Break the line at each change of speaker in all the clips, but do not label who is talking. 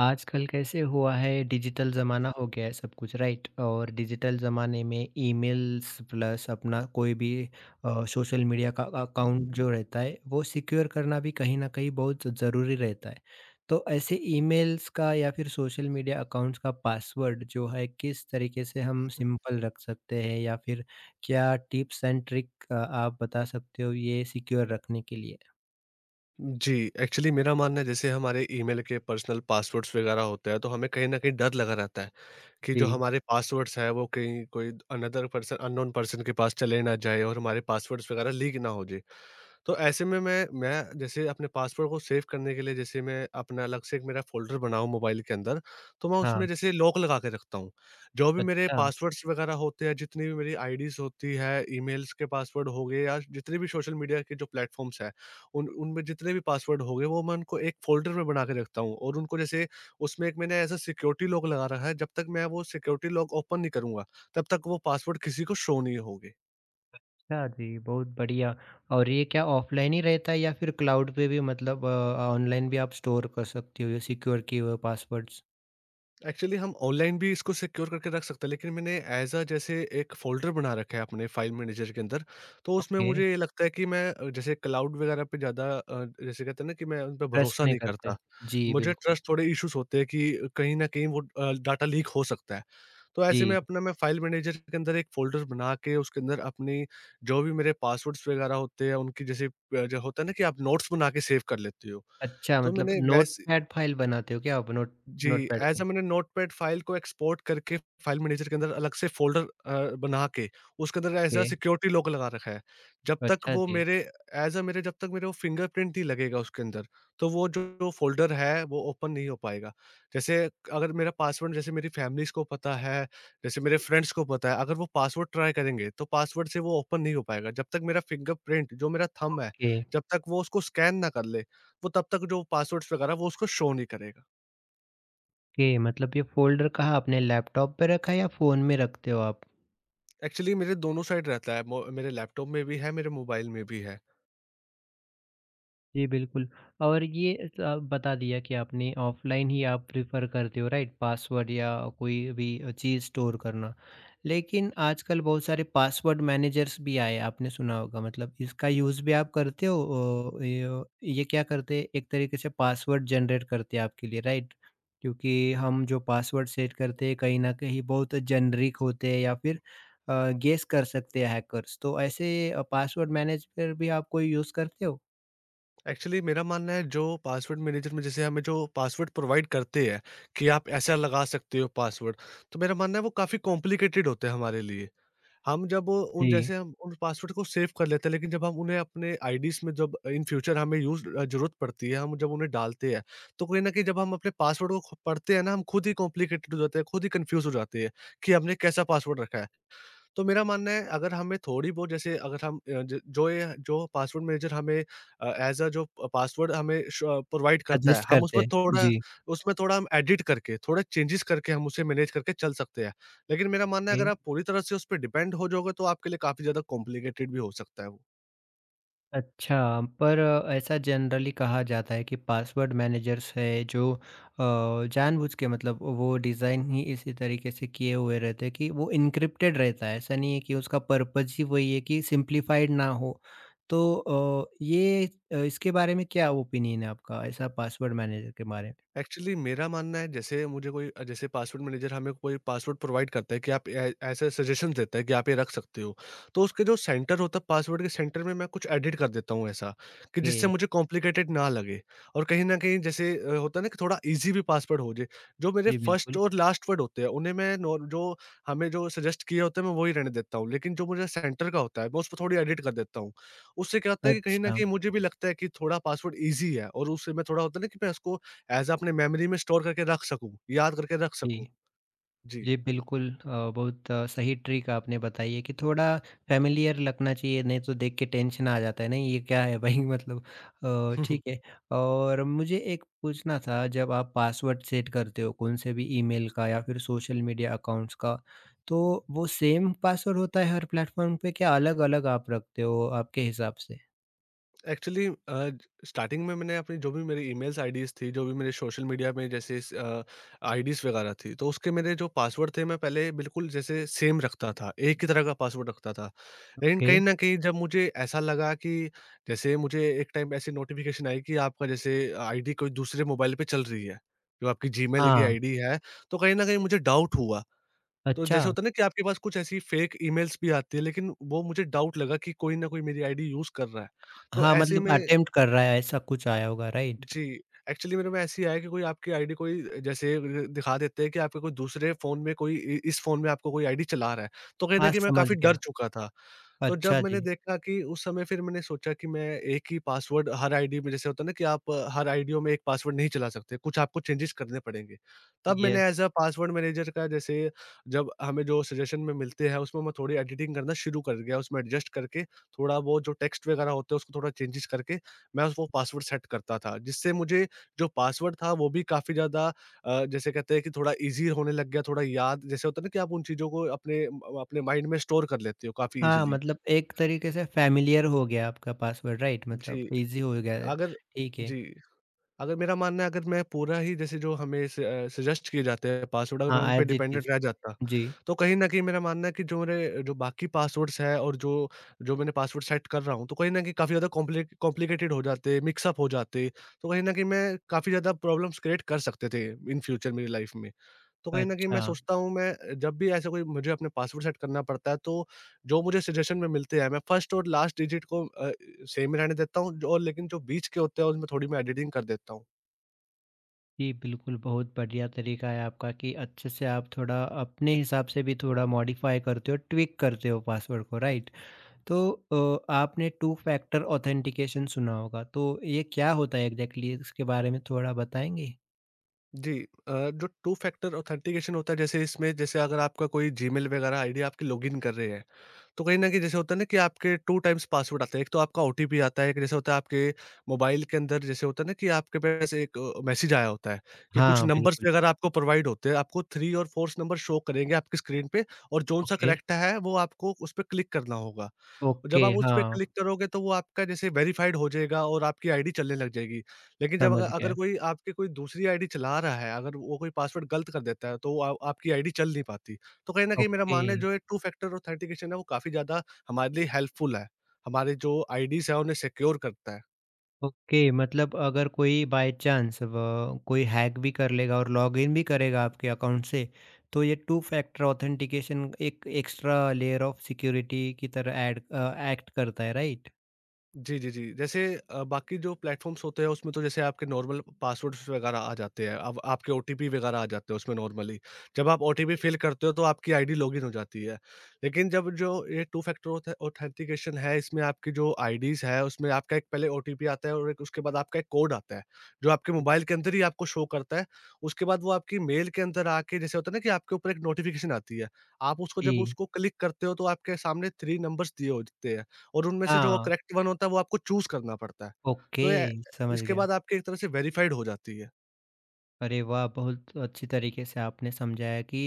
आजकल कैसे हुआ है डिजिटल ज़माना हो गया है सब कुछ राइट। और डिजिटल ज़माने में ईमेल्स प्लस अपना कोई भी सोशल मीडिया का
Mhm।
अकाउंट जो रहता है वो सिक्योर करना भी कहीं ना कहीं बहुत ज़रूरी रहता है। तो ऐसे ईमेल्स का या फिर सोशल मीडिया अकाउंट्स का पासवर्ड जो है किस तरीके से हम सिंपल रख सकते हैं, या फिर क्या टिप्स एंड ट्रिक आप बता सकते हो ये सिक्योर रखने के लिए?
जी, एक्चुअली मेरा मानना है जैसे हमारे ईमेल के पर्सनल पासवर्ड्स वगैरह होते हैं, तो हमें कहीं न कहीं डर लगा रहता है, कि जो
जी।
हमारे पासवर्ड्स हैं वो कहीं कोई अनदर पर्सन अननोन पर्सन के पास चले ना जाए और हमारे पासवर्ड्स वगैरह लीक ना हो जाए। तो ऐसे में मैं जैसे अपने पासवर्ड को सेव करने के लिए जैसे मैं अपना अलग से एक मेरा फ़ोल्डर बनाऊँ मोबाइल के अंदर, तो मैं उसमें
हाँ।
जैसे लॉक लगा के रखता हूँ। जो भी मेरे
अच्छा।
पासवर्ड्स वगैरह होते हैं, जितनी भी मेरी आईडीज़ होती है, ईमेल्स के पासवर्ड हो गए या जितने भी सोशल मीडिया के जो प्लेटफ़ॉर्म्स हैं, उन उनमें जितने भी पासवर्ड हो गए वो मैं उनको एक फ़ोल्डर में बना के रखता हूँ और उनको जैसे उसमें एक मैंने ऐसा सिक्योरिटी लॉक लगा रखा है, जब तक मैं वो सिक्योरिटी लॉक ओपन नहीं करूँगा, तब तक वो पासवर्ड किसी को शो नहीं होंगे।
अच्छा जी, बहुत बढ़िया। और ये क्या ऑफ़लाइन ही रहता है या फिर क्लाउड पे भी मतलब ऑनलाइन भी आप स्टोर कर सकते हो ये सिक्योर किए हुए पासवर्ड्स?
एक्चुअली हम ऑनलाइन भी इसको सिक्योर करके रख सकते हैं, लेकिन मैंने एज अ जैसे एक फ़ोल्डर बना रखा है अपने फ़ाइल मैनेजर के अंदर, तो उसमें
ओके,
मुझे ये लगता है कि मैं जैसे क्लाउड वगैरह पे ज़्यादा जैसे कहते हैं ना कि मैं उन पे
ट्रस्ट
भरोसा
नहीं
नहीं करता।
करते। जी,
मुझे
बिल्कुल।
ट्रस्ट थोड़े इश्यूज़ होते हैं कि कहीं न कहीं वो डाटा लीक हो सकता है। तो ऐसे में
जी,
अपना मैं फ़ाइल मैनेजर के अंदर एक फ़ोल्डर बना के उसके अंदर अपनी जो भी मेरे पासवर्ड्स वगैरह होते हैं उनकी जैसे जो होता है ना कि आप नोट्स बना के सेव कर लेते हो।
अच्छा
तो
मतलब
मैंने वैस
नोटपैड फ़ाइल बनाते हो क्या आप नोट
जी,
नोटपैड
ऐसा
की?
मैंने नोटपैड फ़ाइल को एक्सपोर्ट करके फ़ाइल मैनेजर के अंदर अलग से फ़ोल्डर बना के उसके अंदर as a
okay,
security lock लगा रखा है। जब तक
अच्छा
वो
जी।
मेरे ऐज़ अ मेरे जब तक मेरे वो फ़िंगरप्रिंट नहीं लगेगा उसके अंदर, तो वो जो फ़ोल्डर है वो ओपन नहीं हो पाएगा। जैसे अगर मेरा पासवर्ड जैसे मेरी फ़ैमिलीज़ को पता है, जैसे मेरे फ्रेंड्स को पता है, अगर वो पासवर्ड ट्राई करेंगे तो पासवर्ड से वो ओपन नहीं हो पाएगा। जब तक मेरा फ़िंगरप्रिंट जो मेरा थंब है,
ओके,
जब तक वो उसको स्कैन ना कर ले, वो तब तक जो पासवर्ड्स वगैरह वो उसको शो नहीं करेगा।
ओके मतलब ये फ़ोल्डर कहाँ आपने लैपटॉप पे रखा है या फ़ोन में रखते हो आप?
एक्चुअली मेरे दोनों साइड रहता है, मेरे लैपटॉप में भी है मेरे मोबाइल में भी है।
जी, बिल्कुल। और ये स आप बता दिया कि आपने ऑफ़लाइन ही आप प्रेफ़र करते हो राइट? पासवर्ड या कोई भी चीज़ स्टोर करना। लेकिन आजकल बहुत सारे पासवर्ड मैनेजर्स भी आए, आपने सुना होगा, मतलब इसका यूज़ भी आप करते हो? अ, य ये क्या करते हैं एक तरीके से पासवर्ड जनरेट करते हैं आपके लिए राइट? क्योंकि हम जो पासवर्ड सेट करते हैं कहीं न कहीं बहुत जेनेरिक होते हैं या फिर गेस कर सकते हैं हैकर्स। तो ऐसे पासवर्ड मैनेजर भी आप कोई यूज़ करते हो?
एक्चुअली मेरा मानना है जो पासवर्ड मैनेजर में जैसे हमें जो पासवर्ड प्रोवाइड करते हैं कि आप ऐसा लगा सकते हो पासवर्ड, तो मेरा मानना है वो काफ़ी कॉम्प्लिकेटेड होते हैं हमारे लिए। हम जब वो उन
जी।
जैसे हम उन पासवर्ड को सेव कर लेते हैं, लेकिन जब हम उन्हें अपने आईडीज में जब इन फ्यूचर हमें यूज जरूरत पड़ती है, हम जब उन्हें डालते हैं, तो कहीं ना कहीं जब हम अपने पासवर्ड को पढ़ते हैं ना, हम खुद ही कॉम्प्लिकेटेड हो जाते हैं, खुद ही कंफ्यूज हो जाते हैं कि हमने कैसा पासवर्ड रखा है। तो मेरा मानना है, अगर हमें थोड़ी बहुत जैसे, अगर हम अ, ज जो ये जो पासवर्ड मैनेजर हमें एज़ अ जो प पासवर्ड हमें श प्रोवाइड करता है,
सजेस्ट
हम
करते
उसमें
हैं।
थोड़ा
जी,
हम एडिट करके, थोड़ा चेंजेज़ करके हम उसे मैनेज करके चल सकते हैं। लेकिन मेरा मानना है, अगर
जी।
आप पूरी तरह से उस पे डिपेंड हो जाओगे, तो आपके लिए काफ़ी ज़्यादा कॉम्प्लिकेटेड भी हो सकता है वो।
अच्छा, पर ऐसा जनरली कहा जाता है कि पासवर्ड मैनेजर्स है जो जानबूझ के, मतलब वो डिज़ाइन ही इसी तरीके से किए हुए रहते हैं कि वो एन्क्रिप्टेड रहता है। ऐसा नहीं है कि उसका पर्पज़ ही वही है कि सिम्प्लीफाइड ना हो। तो इसके बारे में क्या ओपिनियन है आपका ऐसा पासवर्ड मैनेजर के बारे में?
एक्चुअली मेरा मानना है जैसे मुझे कोई जैसे पासवर्ड मैनेजर हमें कोई पासवर्ड प्रोवाइड करता है कि आप ऐसे सजेशन देता है कि आप ये रख सकते हो। तो उसके जो सेंटर होता है, पासवर्ड के सेंटर में मैं कुछ एडिट कर देता हूँ ऐसा, कि
ओके।
जिससे मुझे कॉम्प्लिकेटेड ना लगे, और कहीं ना कहीं जैसे होता है ना कि थोड़ा इजी भी पासवर्ड हो जाए। जो मेरे
जी,
फर्स्ट
बिल्कुल।
और लास्ट वर्ड होते हैं उन्हें मैं जो हमें जो सजेस्ट किया होता है मैं वही रहने देता हूँ, लेकिन जो मुझे सेंटर का होता है मैं उस पर थोड़ी एडिट कर देता हूँ। उससे क्या होता है कि कहीं ना
अच्छा,
कहीं मुझे भी लगता है कि थोड़ा पासवर्ड ईजी है, और उससे मैं थोड़ा होता है ना कि मैं उसको ऐज़ अ अपने मेमोरी में स्टोर करके रख सकूँ, याद करके रख सकूँ।
जी।
जी।
जी, बिल्कुल बहुत सही ट्रिक आपने बताई है कि थोड़ा फ़ैमिलियर लगना चाहिए, नहीं तो देख के टेंशन आ जाता है, नहीं ये क्या है भई मतलब ठीक है। और मुझे एक पूछना था, जब आप पासवर्ड सेट करते हो कौन से भी ईमेल का या फिर सोशल मीडिया अकाउंट्स का, तो वो सेम पासवर्ड होता है हर प्लेटफ़ॉर्म पे क्या, अलग-अलग आप रखते हो आपके हिसाब से?
एक्चुअली स्टार्टिंग में मैंने अपनी जो भी मेरी ईमेल्स आईडीज़ थी, जो भी मेरे सोशल मीडिया में जैसे आईडीज़ वगैरह थी, तो उसके मेरे जो पासवर्ड थे, मैं पहले बिल्कुल जैसे सेम रखता था, एक ही तरह का पासवर्ड रखता था। लेकिन
ओके,
कहीं न कहीं जब मुझे ऐसा लगा कि जैसे मुझे एक टाइम ऐसी नोटिफ़िकेशन आई कि आपका जैसे आईडी कोई दूसरे मोबाइल पे चल रही है, जो आपकी जीमेल की
हाँ,
आईडी है, तो कहीं न कहीं मुझे डाउट हुआ। तो
अच्छा।
जैसे होता है ना कि आपके पास कुछ ऐसी फेक ईमेल्स भी आती है, लेकिन वो मुझे डाउट लगा कि कोई ना कोई मेरी आईडी यूज़ कर रहा है। तो
हाँ,
ऐसे
मतलब
में
अटेम्प्ट कर रहा है ऐसा कुछ आया होगा राइट?
जी, एक्चुअली मेरे में ऐसे ही आया कि कोई आपकी आईडी कोई जैसे दिखा देते हैं कि आपके कोई दूसरे फ़ोन में कोई इ इस फ़ोन में आपको कोई आईडी चला रहा है। तो कहीं न
हाँ,
कहीं मैं
समझ
काफ़ी डर
गया।
चुका था। तो जब
अच्छा
मैंने
जी,
देखा कि उस समय फिर मैंने सोचा कि मैं एक ही पासवर्ड हर आईडी में जैसे होता है ना कि आप हर आईडियों में एक पासवर्ड नहीं चला सकते, कुछ आपको चेंजेस करने पड़ेंगे। तब मैंने
yes.
As a password manager का जैसे जब हमें जो सजेशन में मिलते हैं, उसमें मैं थोड़ी एडिटिंग करना शुरू कर गया, उसमें एडजस्ट करके थोड़ा बहुत जो टेक्स्ट वगैरह होते हैं, उसको थोड़ा चेंजेस करके मैं उसको पासवर्ड सेट करता था, जिससे मुझे जो पासवर्ड था वो भी काफ़ी ज़्यादा जैसे कहते हैं कि थोड़ा ईज़ी होने लग गया, थोड़ा याद जैसे होता है ना कि आप उन चीज़ों को अपने म अपने माइंड में स्टोर कर लेते हो काफ़ी
हाँ,
ईज़िली।
मतलब एक तरीके से फ़ैमिलियर हो गया आपका पासवर्ड राइट? मतलब
जी,
ईज़ी हो गया,
अगर
ठीक है।
जी, अगर मेरा मानना है, अगर मैं पूरा ही जैसे जो हमें सजेस्ट किए जाते हैं पासवर्ड, अगर मैं उन
हाँ,
पे
एज़ इट
डिपेंडेंट
इज़।
रह जाता,
जी।
तो कहीं न कहीं मेरा मानना है कि जो मेरे जो बाकी पासवर्ड्स हैं और जो जो मैंने पासवर्ड सेट कर रहा हूँ, तो कहीं न कहीं काफ़ी ज़्यादा कॉम्प्लिकेटेड हो जाते, मिक्स अप हो जाते, तो कहीं न कहीं मैं काफ़ी ज़्यादा प्रॉब्लम्स क्रिएट कर सकते थे इन फ्यूचर मेरी लाइफ़ में। तो कहीं न कहीं
अच्छा।
मैं सोचता हूँ, मैं जब भी ऐसा कोई मुझे अपने पासवर्ड सेट करना पड़ता है, तो जो मुझे सजेशन में मिलते हैं, मैं फर्स्ट और लास्ट डिजिट को सेम ही रहने देता हूँ, और लेकिन जो बीच के होते हैं उसमें थोड़ी मैं एडिटिंग कर देता हूँ।
जी, बिल्कुल, बहुत बढ़िया तरीका है आपका कि अच्छे से आप थोड़ा अपने हिसाब से भी थोड़ा मॉडिफ़ाई करते हो, ट्विक करते हो पासवर्ड को, राइट? तो आपने टू फैक्टर ऑथेंटिकेशन सुना होगा, तो ये क्या होता है एग्ज़ैक्टली? इसके बारे में थोड़ा बताएँगे?
जी, जो टू फैक्टर ऑथेंटिकेशन होता है जैसे इसमें जैसे अगर आपका कोई जीमेल वगैरह आईडी आपकी लॉगिन कर रहे हैं, तो कहीं न कहीं जैसे होता है ना कि आपके 2 टाइम्स पासवर्ड आता है। एक तो आपका ओटीपी आता है, एक जैसे होता है आपके मोबाइल के अंदर, जैसे होता है ना कि आपके पास एक मैसेज आया होता है कि कुछ
हाँ,
नंबर्स
बिल्कुल।
वगैरह आपको प्रोवाइड होते हैं। आपको 3 और 4th नंबर शो करेंगे आपकी स्क्रीन पे, और जौन-सा
ओके,
करेक्ट है वो आपको उस पे क्लिक करना होगा। और जब
ओके,
आप उस पे
हाँ,
क्लिक करोगे तो वो आपका जैसे वेरिफाइड हो जाएगा और आपकी आईडी चलने लग जाएगी। लेकिन जब
समझ
अगर अगर
गया।
कोई आपकी कोई दूसरी आईडी चला रहा है, अगर वो कोई पासवर्ड गलत कर देता है तो वो आ आपकी आईडी चल नहीं पाती। तो कहीं न कहीं मेरा
ओके।
मानना है जो ये टू फैक्टर ऑथेंटिकेशन है वो काफ़ी ज़्यादा हमारे लिए हेल्पफुल है। हमारे जो आईडीज़ हैं उन्हें सिक्योर करता है।
ओके मतलब अगर कोई बाय चांस कोई हैक भी कर लेगा और लॉगिन भी करेगा आपके अकाउंट से, तो ये टू फैक्टर ऑथेंटिकेशन एक एक्स्ट्रा लेयर ऑफ सिक्योरिटी की तरह ऐड एक्ट करता है राइट?
जी, जी, जी। जैसे बाकी जो प्लेटफ़ॉर्म्स होते हैं उसमें तो जैसे आपके नॉर्मल पासवर्ड्स वगैरह आ जाते हैं। अब आपके ओटीपी वगैरह आ जाते हैं उसमें नॉर्मली। जब आप ओटीपी फ़िल करते हो तो आपकी आईडी लॉगिन हो जाती है। लेकिन जब जो ये टू फैक्टर ऑथ ऑथेंटिकेशन है, इसमें आपकी जो आईडीज़ है उसमें आपका एक पहले ओटीपी आता है और एक उसके बाद आपका एक कोड आता है, जो आपके मोबाइल के अंदर ही आपको शो करता है। उसके बाद वो आपकी मेल के अंदर आके जैसे होता है ना कि आपके ऊपर एक नोटिफ़िकेशन आती है। आप उसको जब
जी।
उसको क्लिक करते हो तो आपके सामने 3 नंबर्स दिए होते हैं। और उनमें से जो
हाँ।
करेक्ट वन होता है वो आपको चूज़ करना पड़ता है।
ओके।
तो ए
समझ
इसके
गया।
बाद आपकी एक तरह से वेरिफाइड हो जाती है।
अरे वाह! बहुत अच्छी तरीके से आपने समझाया कि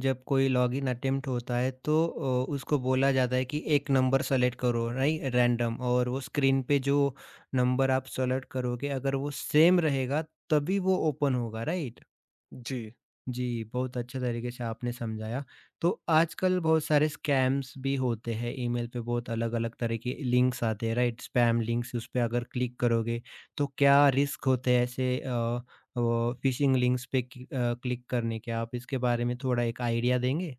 जब कोई लॉगिन अटेम्प्ट होता है तो उसको बोला जाता है कि एक नंबर सेलेक्ट करो राइट रैंडम, और वो स्क्रीन पे जो नंबर आप सेलेक्ट करोगे, अगर वो सेम रहेगा तभी वो ओपन होगा राइट?
जी।
जी, बहुत अच्छे तरीके से आपने समझाया। तो आजकल बहुत सारे स्कैम्स भी होते हैं, ईमेल पे बहुत अलग-अलग तरह के लिंक्स आते हैं, राइट? स्पैम लिंक्स, उस पे अगर क्लिक करोगे, तो क्या रिस्क होते हैं ऐसे वो फ़िशिंग लिंक्स पे कि क्लिक करने के? आप इसके बारे में थोड़ा एक आइडिया देंगे?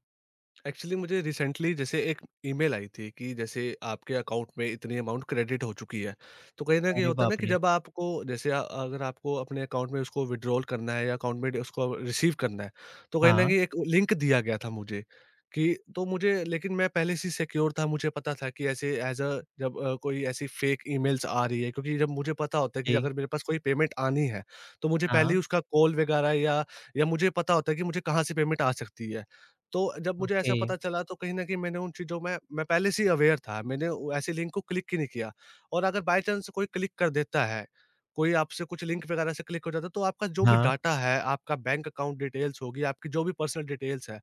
एक्चुअली मुझे रिसेंटली जैसे एक ईमेल आई थी कि जैसे आपके अकाउंट में इतनी अमाउंट क्रेडिट हो चुकी है। तो कहीं न कहीं
अरे
होता है ना
बाप
कि
रे!
जब आपको जैसे अगर आपको अपने अकाउंट में उसको विथड्रॉल करना है या अकाउंट में उसको रिसीव करना है, तो कहीं न
हाँ,
कहीं एक लिंक दिया गया था मुझे कि तो मुझे लेकिन मैं पहले से ही सिक्योर था, मुझे पता था कि ऐसे एज़ अ जब अ, कोई ऐसी फेक ईमेल्स आ रही है क्योंकि जब मुझे पता होता है कि
जी,
अगर मेरे पास कोई पेमेंट आनी है, तो मुझे पहले
हाँ,
ही उसका कॉल वगैरह या मुझे पता होता है कि मुझे कहाँ से पेमेंट आ सकती है। तो जब मुझे
ओके,
ऐसा पता चला तो कहीं न कहीं मैंने उन चीज़ों में मैं पहले से ही अवेयर था। मैंने वो ऐसे लिंक को क्लिक ही नहीं किया और अगर बाय चांस कोई क्लिक कर देता है, कोई आपसे कुछ लिंक वगैरह से क्लिक हो जाता है तो आपका जो भी
हाँ,
डाटा है, आपका बैंक अकाउंट डिटेल्स होगी, आपकी जो भी पर्सनल डिटेल्स है,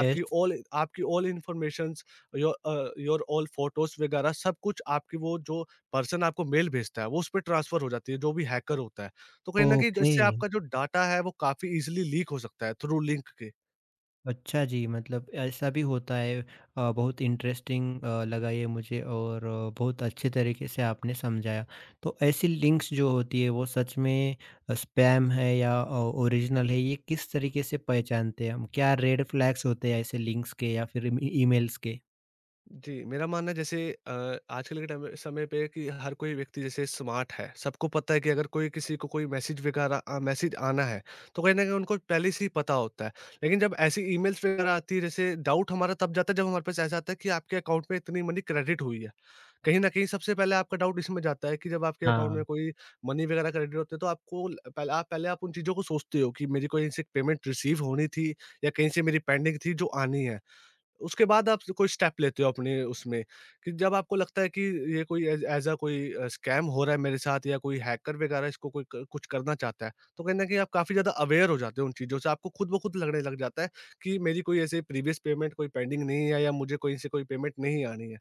यस,
ऑल आपकी all informations, your all photos वगैरह सब कुछ, आपकी वो जो पर्सन आपको मेल भेजता है, वो उस पे ट्रांसफ़र हो जाती है, जो भी हैकर होता है। तो कहीं न कहीं
ओके।
इससे आपका जो डाटा है वो काफ़ी ईज़िली लीक हो सकता है थ्रू लिंक के।
अच्छा जी, मतलब ऐसा भी होता है। बहुत इंटरेस्टिंग लगा ये मुझे, और बहुत अच्छे तरीके से आपने समझाया। तो ऐसी लिंक्स जो होती है वो सच में स्पैम है या ओरिजिनल है, ये किस तरीके से पहचानते हैं हम? क्या रेड फ्लैग्स होते हैं ऐसे लिंक्स के या फिर ई ईमेल्स के?
जी, मेरा मानना है जैसे आजकल के टाइम में, समय पे, कि हर कोई व्यक्ति जैसे स्मार्ट है। सबको पता है कि अगर कोई किसी को कोई मैसेज आना है, तो कहीं न कहीं उनको पहले से ही पता होता है। लेकिन जब ऐसी ईमेल्स वगैरह आती है, जैसे डाउट हमारा तब जाता है जब हमारे पास ऐसा आता है कि आपके अकाउंट में इतनी मनी क्रेडिट हुई है। कहीं न कहीं सबसे पहले आपका डाउट इसमें जाता है कि जब आपके अकाउंट में
हाँ।
कोई मनी वगैरह क्रेडिट होते है तो आपको ल पहले आप उन चीज़ों को सोचते हो कि मेरी कहीं से पेमेंट रिसीव होनी थी या कहीं से मेरी पेंडिंग थी जो आनी है। उसके बाद आप कोई स्टेप लेते हो अपने उसमें, कि जब आपको लगता है कि ये कोई एज अ कोई स्कैम हो रहा है मेरे साथ, या कोई हैकर वगैरह इसको कोई कुछ करना चाहता है, तो कहीं ना कहीं आप काफ़ी ज़्यादा अवेयर हो जाते हो उन चीज़ों से, आपको खुद ब खुद लगने लग जाता है कि मेरी कोई ऐसे प्रीवियस पेमेंट, कोई पेंडिंग नहीं है, या मुझे कोई से कोई पेमेंट नहीं आनी है,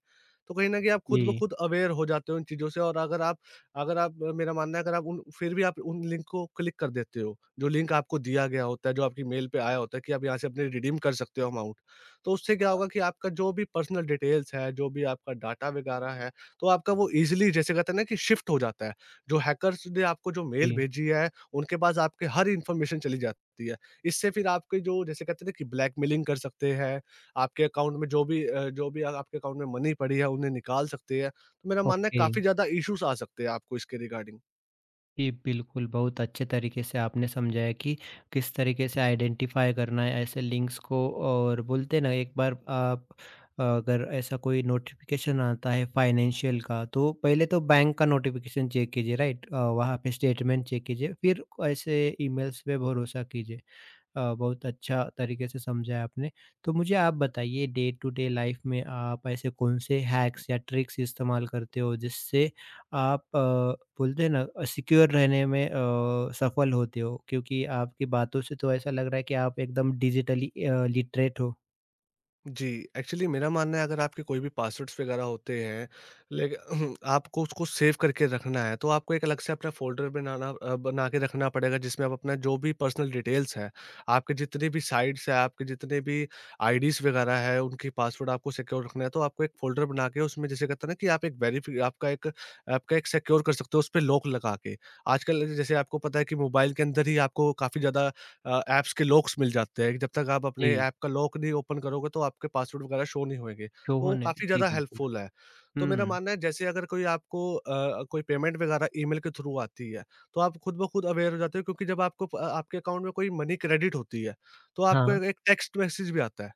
तो कहीं ना कहीं आप खुद ब
जी,
खुद अवेयर हो जाते हो उन चीज़ों से। और अगर आप मेरा मानना है, अगर आप उन फिर भी आप उन लिंक को क्लिक कर देते हो, जो लिंक आपको दिया गया होता है, जो आपकी मेल पे आया होता है कि आप यहाँ से अपने रिडीम कर सकते हो अमाउंट, तो उससे क्या होगा कि आपका जो भी पर्सनल डिटेल्स है, जो भी आपका डाटा वगैरह है, तो आपका वो ईज़िली, जैसे कहते हैं ना, कि शिफ्ट हो जाता है। जो हैकर्स ने आपको जो मेल
जी।
भेजी है, उनके पास आपकी हर इन्फॉर्मेशन चली जाती है। इससे फिर आपके जो जैसे कहते हैं ना, कि ब्लैकमेलिंग कर सकते हैं, आपके अकाउंट में जो भी अ, आपके अकाउंट में मनी पड़ी है, उन्हें निकाल सकते हैं। तो मेरा मानना है
ओके।
काफ़ी ज़्यादा इश्यूज़ आ सकते हैं आपको इसके रिगार्डिंग।
जी, बिल्कुल, बहुत अच्छे तरीके से आपने समझाया कि किस तरीके से आइडेंटिफ़ाई करना है ऐसे लिंक्स को। और बोलते हैं ना, एक बार आप अगर ऐसा कोई नोटिफ़िकेशन आता है फ़ाइनेंशियल का, तो पहले तो बैंक का नोटिफ़िकेशन चेक कीजिए राइट? वहाँ पे स्टेटमेंट चेक कीजिए फिर ऐसे ईमेल्स पे भरोसा कीजिए। बहुत अच्छा तरीके से समझा है आपने। तो मुझे आप बताइए डे टू डे लाइफ़ में आप ऐसे कौन से हैक्स या ट्रिक्स इस्तेमाल करते हो जिससे आप बोलते हैं ना सिक्योर रहने में सफल होते हो? क्योंकि आपकी बातों से तो ऐसा लग रहा है कि आप एकदम डिजिटली लिटरेट हो।
जी, एक्चुअली मेरा मानना है अगर आपके कोई भी पासवर्ड्स वगैरह होते हैं, लेक आपको उसको सेव करके रखना है, तो आपको एक अलग से अपना फ़ोल्डर बना के रखना पड़ेगा, जिसमें आप अपना जो भी पर्सनल डिटेल्स है, आपके जितने भी साइट्स हैं, आपके जितने भी आईडीज़ वगैरह हैं, उनकी पासवर्ड आपको सिक्योर रखना है, तो आपको एक फ़ोल्डर बना के उसमें, जैसे कहते हैं ना, कि आप एक वेरिफ़ि आपका एक सिक्योर कर सकते हो, उसपे लॉक लगा के। आजकल जैसे आपको पता है कि मोबाइल के अंदर ही आपको काफ़ी ज़्यादा ऐप्स के लॉक्स मिल जाते हैं, जब तक आप अपने
जी,
ऐप का लॉक नहीं ओपन करोगे तो आपके पासवर्ड वगैरह शो नहीं होएँगे। वो
शोभन है।
काफ़ी
जी,
ज़्यादा
बिल्कुल।
हेल्पफुल है। तो मेरा
हुँ।
मानना है, जैसे अगर कोई आपको कोई पेमेंट वगैरह ईमेल के थ्रू आती है, तो आप खुद ब खुद अवेयर हो जाते हो, क्योंकि जब आपको प आपके अकाउंट में कोई मनी क्रेडिट होती है, तो आपको
हाँ।
एक टेक्स्ट मैसेज भी आता है,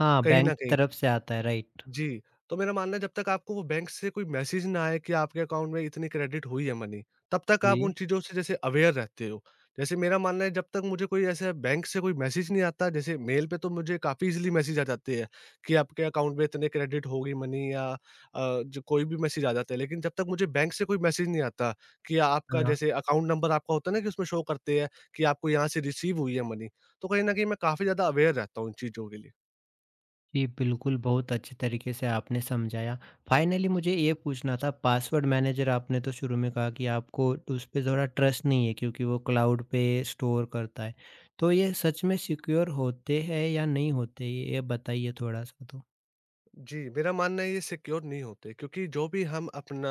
हाँ,
कहीं न
बैंक की
कहीं।
तरफ से आता है, राइट।
जी, तो मेरा मानना है, जब तक आपको वो बैंक से कोई मैसेज ना आए कि आपके अकाउंट में इतनी क्रेडिट हुई है मनी, तब तक आप
जी।
उन चीज़ों से जैसे अवेयर रहते हो। जैसे मेरा मानना है, जब तक मुझे कोई ऐसे बैंक से कोई मैसेज नहीं आता, जैसे मेल पे तो मुझे काफ़ी ईज़िली मैसेज आ जाते हैं कि आपके अकाउंट में इतने क्रेडिट हो गई मनी, या जो कोई भी मैसेज आ जाता है। लेकिन जब तक मुझे बैंक से कोई मैसेज नहीं आता कि आपका
हाँ।
जैसे अकाउंट नंबर आपका होता है ना, कि उसमें शो करते हैं कि आपको यहाँ से रिसीव हुई है मनी, तो कहीं न कहीं मैं काफ़ी ज़्यादा अवेयर रहता हूँ इन चीज़ों के लिए।
जी, बिल्कुल, बहुत अच्छे तरीके से आपने समझाया। फाइनली मुझे ये पूछना था, पासवर्ड मैनेजर आपने तो शुरू में कहा कि आपको उस पे ज़रा ट्रस्ट नहीं है क्योंकि वो क्लाउड पे स्टोर करता है। तो ये सच में सिक्योर होते हैं या नहीं होते? ये बताइए थोड़ा-सा तो?
जी, मेरा मानना है ये सिक्योर नहीं होते, क्योंकि जो भी हम अपना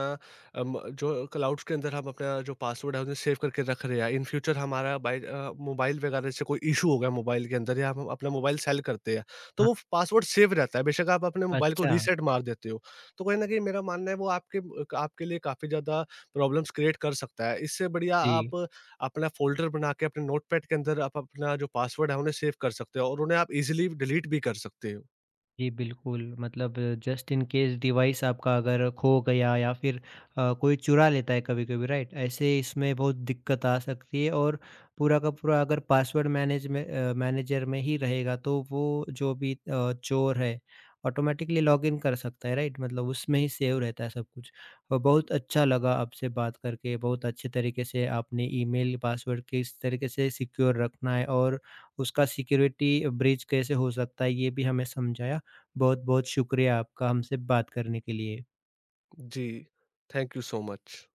जो क्लाउड्स के अंदर हम अपना जो पासवर्ड है उन्हें सेव करके रख रहे हैं, इन फ्यूचर हमारा मोबाइल वगैरह से कोई इशू हो गया मोबाइल के अंदर, या हम अपना मोबाइल सेल करते हैं, तो वो
हाँ।
पासवर्ड सेव रहता है, बेशक आप अपने मोबाइल को
अच्छा,
रीसेट मार देते हो। तो कहीं न कहीं मेरा मानना है वो आपके लिए काफ़ी ज़्यादा प्रॉब्लम्स क्रिएट कर सकता है। इससे बढ़िया
जी।
आप अपना फ़ोल्डर बना के अपने नोटपैड के अंदर आप अपना जो पासवर्ड है उन्हें सेव कर सकते हो, और उन्हें आप ईज़िली डिलीट भी कर सकते हो।
जी, बिल्कुल। मतलब जस्ट इन केस डिवाइस आपका अगर खो गया या फिर कोई चुरा लेता है कभी-कभी राइट? ऐसे इसमें बहुत दिक्कत आ सकती है, और पूरा का पूरा अगर पासवर्ड मैनेज में मैनेजर में ही रहेगा तो वो जो भी चोर है ऑटोमेटिकली लॉगिन कर सकता है राइट? मतलब उसमें ही सेव रहता है सब कुछ। बहुत अच्छा लगा आपसे बात करके, बहुत अच्छे तरीके से आपने ईमेल पासवर्ड किस तरीके से सिक्योर रखना है और उसका सिक्योरिटी ब्रीच कैसे हो सकता है ये भी हमें समझाया। बहुत-बहुत शुक्रिया आपका हमसे बात करने के लिए।
Ji, thank you so much.